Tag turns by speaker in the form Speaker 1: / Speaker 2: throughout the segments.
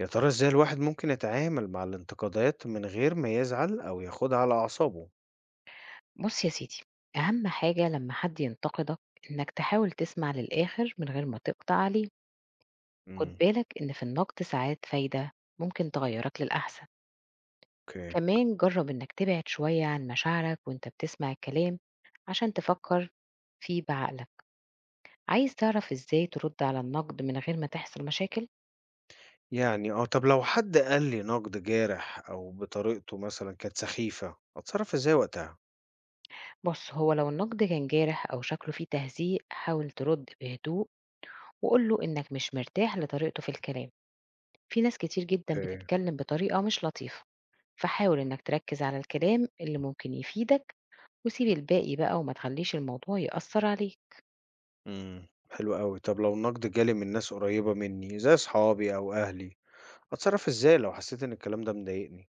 Speaker 1: يا ترى إزاي الواحد ممكن يتعامل مع الانتقادات من غير ما يزعل أو ياخدها على أعصابه؟
Speaker 2: بُص يا سيدي، أهم حاجة لمّا حد ينتقدك إنك تحاول تسمع للآخر من غير ما تقطع عليه، خُد
Speaker 1: إمم،
Speaker 2: بالك إن في النقد ساعات فايدة ممكن تغيّرك للأحسن،
Speaker 1: أوكي.
Speaker 2: كمان جرّب إنك تبعد شوية عن مشاعرك وأنت بتسمع الكلام عشان تفكّر فيه بعقلك، عايز تعرف إزاي ترُد على النقد من غير ما تحصل مشاكل؟
Speaker 1: يعني آه، طب لو حد قال لي نقد جارح أو بطريقته مثلًا كانت سخيفة، أتصرّف إزاي وقتها؟
Speaker 2: بُص، هو لو النقد كان جارح أو شكله فيه تهزيء حاول ترُد بهدوء وقُل له إنك مش مرتاح لطريقته في الكلام، في ناس كتير جدًا
Speaker 1: أوكي،
Speaker 2: بتتكلم بطريقة مش لطيفة. فحاول إنك تركز على الكلام اللي ممكن يفيدك وسيب الباقي بقى وما تخليش الموضوع يأثر عليك.
Speaker 1: إمم، حلو أوي. طب لو النقد جالي من ناس قريبة مني زي أصحابي أو أهلي، أتصرّف إزاي لو حسيت إن الكلام ده مضايقني؟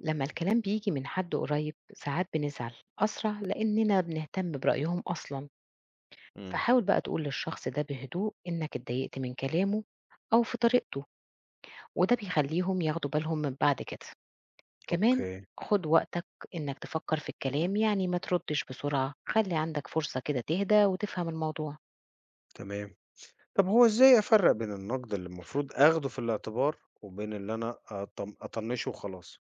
Speaker 2: لما الكلام بيجي من حد قريب ساعات بنزعل أسرع لأننا بنهتم برأيهم أصلا،
Speaker 1: إمم،
Speaker 2: فحاول بقى تقول للشخص ده بهدوء إنك اتضايقت من كلامه أو في طريقته، وده بيخليهم ياخدوا بالهم من بعد كده. كمان
Speaker 1: أوكي،
Speaker 2: خد وقتك إنك تفكر في الكلام، يعني ما تردش بسرعة، خلي عندك فرصة كده تهدى وتفهم الموضوع.
Speaker 1: تمام. طب هو إزاي أفرّق بين النقد اللي المفروض آخده في الاعتبار وبين اللي أنا أطنّشه وخلاص؟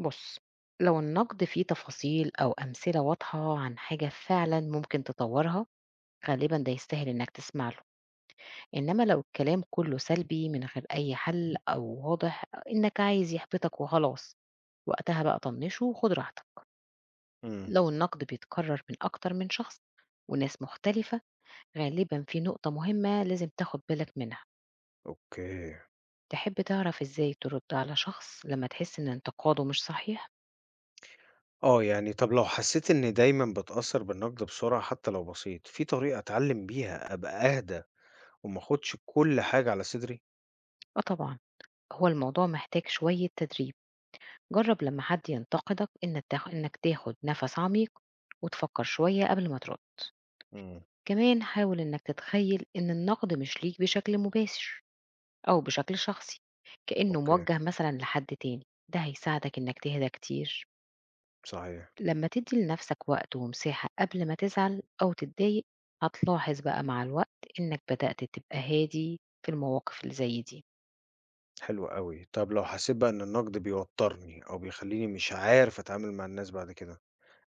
Speaker 2: بُص، لو النقد فيه تفاصيل أو أمثلة واضحة عن حاجة فعلًا ممكن تطورها، غالبًا ده يستاهل إنك تسمع له، إنما لو الكلام كله سلبي من غير أي حل أو واضح إنك عايز يحبطك وخلاص، وقتها بقى طنشه وخُد راحتك.
Speaker 1: إمم.
Speaker 2: لو النقد بيتكرر من أكتر من شخص وناس مختلفة، غالبًا في نقطة مهمة لازم تاخد بالك منها.
Speaker 1: أوكي.
Speaker 2: تحب تعرف إزاي ترد على شخص لما تحس إن انتقاده مش صحيح؟
Speaker 1: آه، يعني طب لو حسّيت إنّي دايمًا باتأثّر بالنقد بسرعة حتى لو بسيط، في طريقة أتعلّم بيها أبقى أهدى وما آخُدش كل حاجة على صدري؟
Speaker 2: آه طبعًا، هو الموضوع محتاج شوية تدريب. جرب لما حد ينتقدك إنك تاخد نفس عميق وتفكر شوية قبل ما ترد.
Speaker 1: إمم،
Speaker 2: كمان حاول إنك تتخيل إن النقد مش ليك بشكل مباشر أو بشكل شخصي، كأنه
Speaker 1: أوكي،
Speaker 2: موجه مثلا لحد تاني. ده هيساعدك إنك تهدى كتير.
Speaker 1: صحيح،
Speaker 2: لما تدي لنفسك وقت ومساحة قبل ما تزعل أو تتضايق، هتلاحظ بقى مع الوقت إنك بدأت تبقى هادي في المواقف اللي زي دي.
Speaker 1: حلو أوي. طب لو حسّيت بقى إن النقد بيوتّرني أو بيخلّيني مش عارف أتعامل مع الناس بعد كده،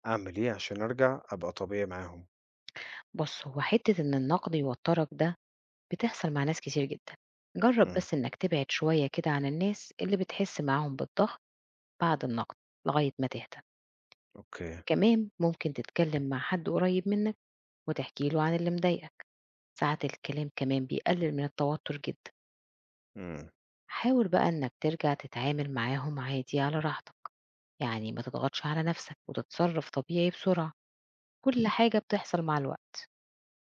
Speaker 1: أعمل إيه عشان أرجع أبقى طبيعي معاهم؟
Speaker 2: بص، هو حتة إن النقد يوترك ده بتحصل مع ناس كتير جدا. جرب
Speaker 1: إمم،
Speaker 2: بس إنك تبعد شوية كده عن الناس اللي بتحس معاهم بالضغط بعد النقد لغاية ما تهدى.
Speaker 1: أوكي،
Speaker 2: كمان ممكن تتكلم مع حد قريب منك وتحكي له عن اللي مضايقك، ساعات الكلام كمان بيقلل من التوتر جدا.
Speaker 1: إمم،
Speaker 2: حاول بقى إنك ترجع تتعامل معاهم عادي على راحتك، يعني ما تضغطش على نفسك وتتصرف طبيعي بسرعة، كل حاجة بتحصل مع الوقت.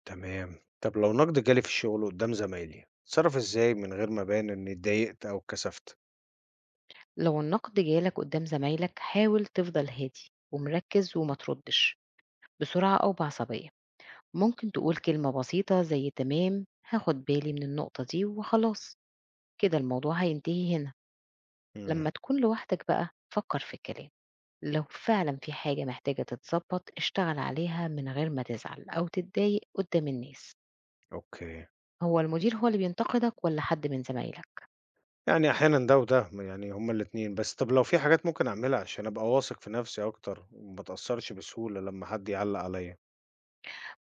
Speaker 1: تمام. طب لو نقد جالي في الشغل قُدّام زمايلي، أتصرّف إزاي من غير ما أبان إنّي اتضايقت أو اتكسفت؟
Speaker 2: لو النقد جالك قدام زمايلك حاول تفضل هادي ومركز وما تردش بسرعة أو بعصبية. ممكن تقول كلمة بسيطة زي تمام هاخد بالي من النقطة دي وخلاص، كده الموضوع هينتهي هنا.
Speaker 1: إمم،
Speaker 2: لما تكون لوحدك بقى فكر في الكلام، لو فعلا في حاجة محتاجة تتظبط اشتغل عليها من غير ما تزعل أو تتضايق قدام الناس.
Speaker 1: أوكي.
Speaker 2: هو المدير هو اللي بينتقدك ولا حد من زمايلك؟
Speaker 1: يعني أحيانًا ده وده، ما يعني هُم الاتنين، بس طَب لو في حاجات ممكن أعملها عشان أبقى واثق في نَفْسي أكتر وما اتأثّرش بسهولة لمّا حد يعلّق عليّا؟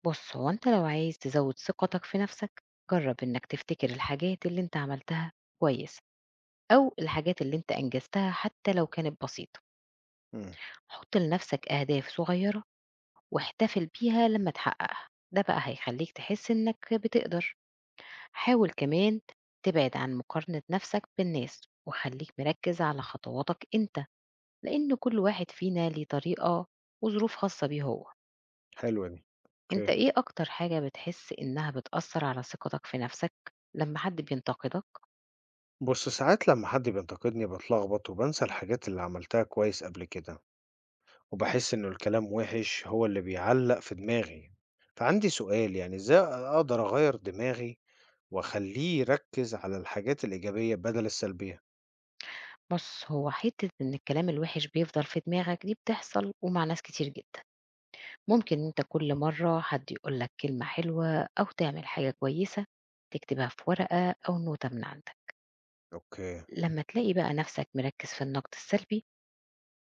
Speaker 2: بص، هو انت لو عايز تزود ثقتك في نفسك، جرب انك تفتكر الحاجات اللي انت عملتها كويس أو الحاجات اللي انت أنجزتها حتى لو كانت بسيطة.
Speaker 1: إمم،
Speaker 2: حط لنفسك أهداف صغيرة واحتفل بيها لما تحققها، ده بقى هيخليك تحس إنك بتقدر. حاول كمان تبعد عن مقارنة نفسك بالناس وخليك مركز على خطواتك أنت، لأن كل واحد فينا ليه طريقة وظروف خاصة بيه هو.
Speaker 1: حلوة دي،
Speaker 2: أنت
Speaker 1: أوكي.
Speaker 2: إيه أكتر حاجة بتحس إنها بتأثر على ثقتك في نفسك لما حد بينتقدك؟
Speaker 1: بُص، ساعات لمّا حد بينتقدني باتلخبط وبانسى الحاجات اللي عملتها كويس قبل كده، وباحس إنه الكلام وِحِش هو اللي بيعلّق في دماغي، فعندي سؤال، يعني إزاي أقدر أغيّر دماغي وأخلّيه يركّز على الحاجات الإيجابية بدل السلبية؟
Speaker 2: بص، هو حتة إن الكلام الوحش بيفضل في دماغك دي بتحصل ومع ناس كتير جدا. ممكن أنت كل مرة حد يقول لك كلمة حلوة أو تعمل حاجة كويسة تكتبها في ورقة أو نوتة من عندك.
Speaker 1: أوكي،
Speaker 2: لما تلاقي بقى نفسك مركز في النقد السلبي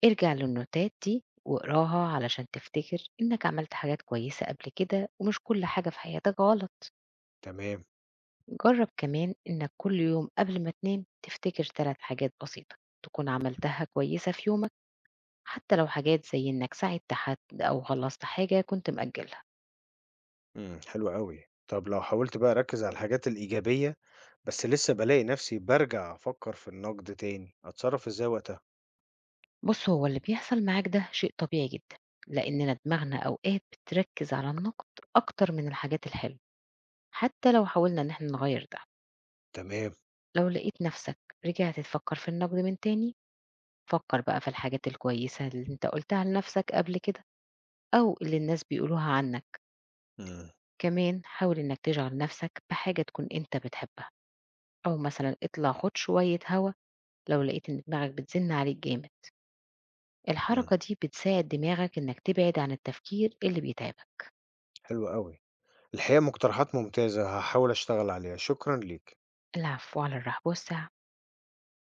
Speaker 2: ارجع للنوتات دي واقراها علشان تفتكر إنك عملت حاجات كويسة قبل كده ومش كل حاجة في حياتك غلط.
Speaker 1: تمام.
Speaker 2: جرب كمان إنك كل يوم قبل ما تنام تفتكر 3 حاجات بسيطة تكون عملتها كويسة في يومك، حتى لو حاجات زي إنك ساعدت حد أو خلصت حاجة كنت مأجلها.
Speaker 1: إمم، حلو أوي. طب لو حاولت بقى أركّز على الحاجات الإيجابية، بس لسه بالاقي نفسي بارجع أفكّر في النقد تاني، أتصرّف إزاي وقتها؟
Speaker 2: بُص، هو اللي بيحصل معاك ده شيء طبيعي جدًا، لإننا دماغنا أوقات بتركّز على النقد أكتر من الحاجات الحلوة، حتى لو حاولنا إن إحنا نغيّر ده.
Speaker 1: تمام،
Speaker 2: لو لقيت نفسك رجعت تفكّر في النقد من تاني، فكّر بقى في الحاجات الكويسة اللي أنت قُلتها لنفسك قبل كده أو اللي الناس بيقولوها عنّك.
Speaker 1: إمم،
Speaker 2: كمان حاول إنّك تشغل نفسك بحاجة تكون أنت بتحبها أو مثلًا اطلع خُد شوية هوا لو لقيت إن دماغك بتزن عليك جامد.
Speaker 1: إمم،
Speaker 2: الحركة دي بتساعد دماغك إنّك تبعد عن التفكير اللي بيتعبك.
Speaker 1: حلو أوي. الحقيقة مقترحات ممتازة، هاحاول أشتغل عليها، شكرًا ليك.
Speaker 2: العفو، على الرحب والسعه.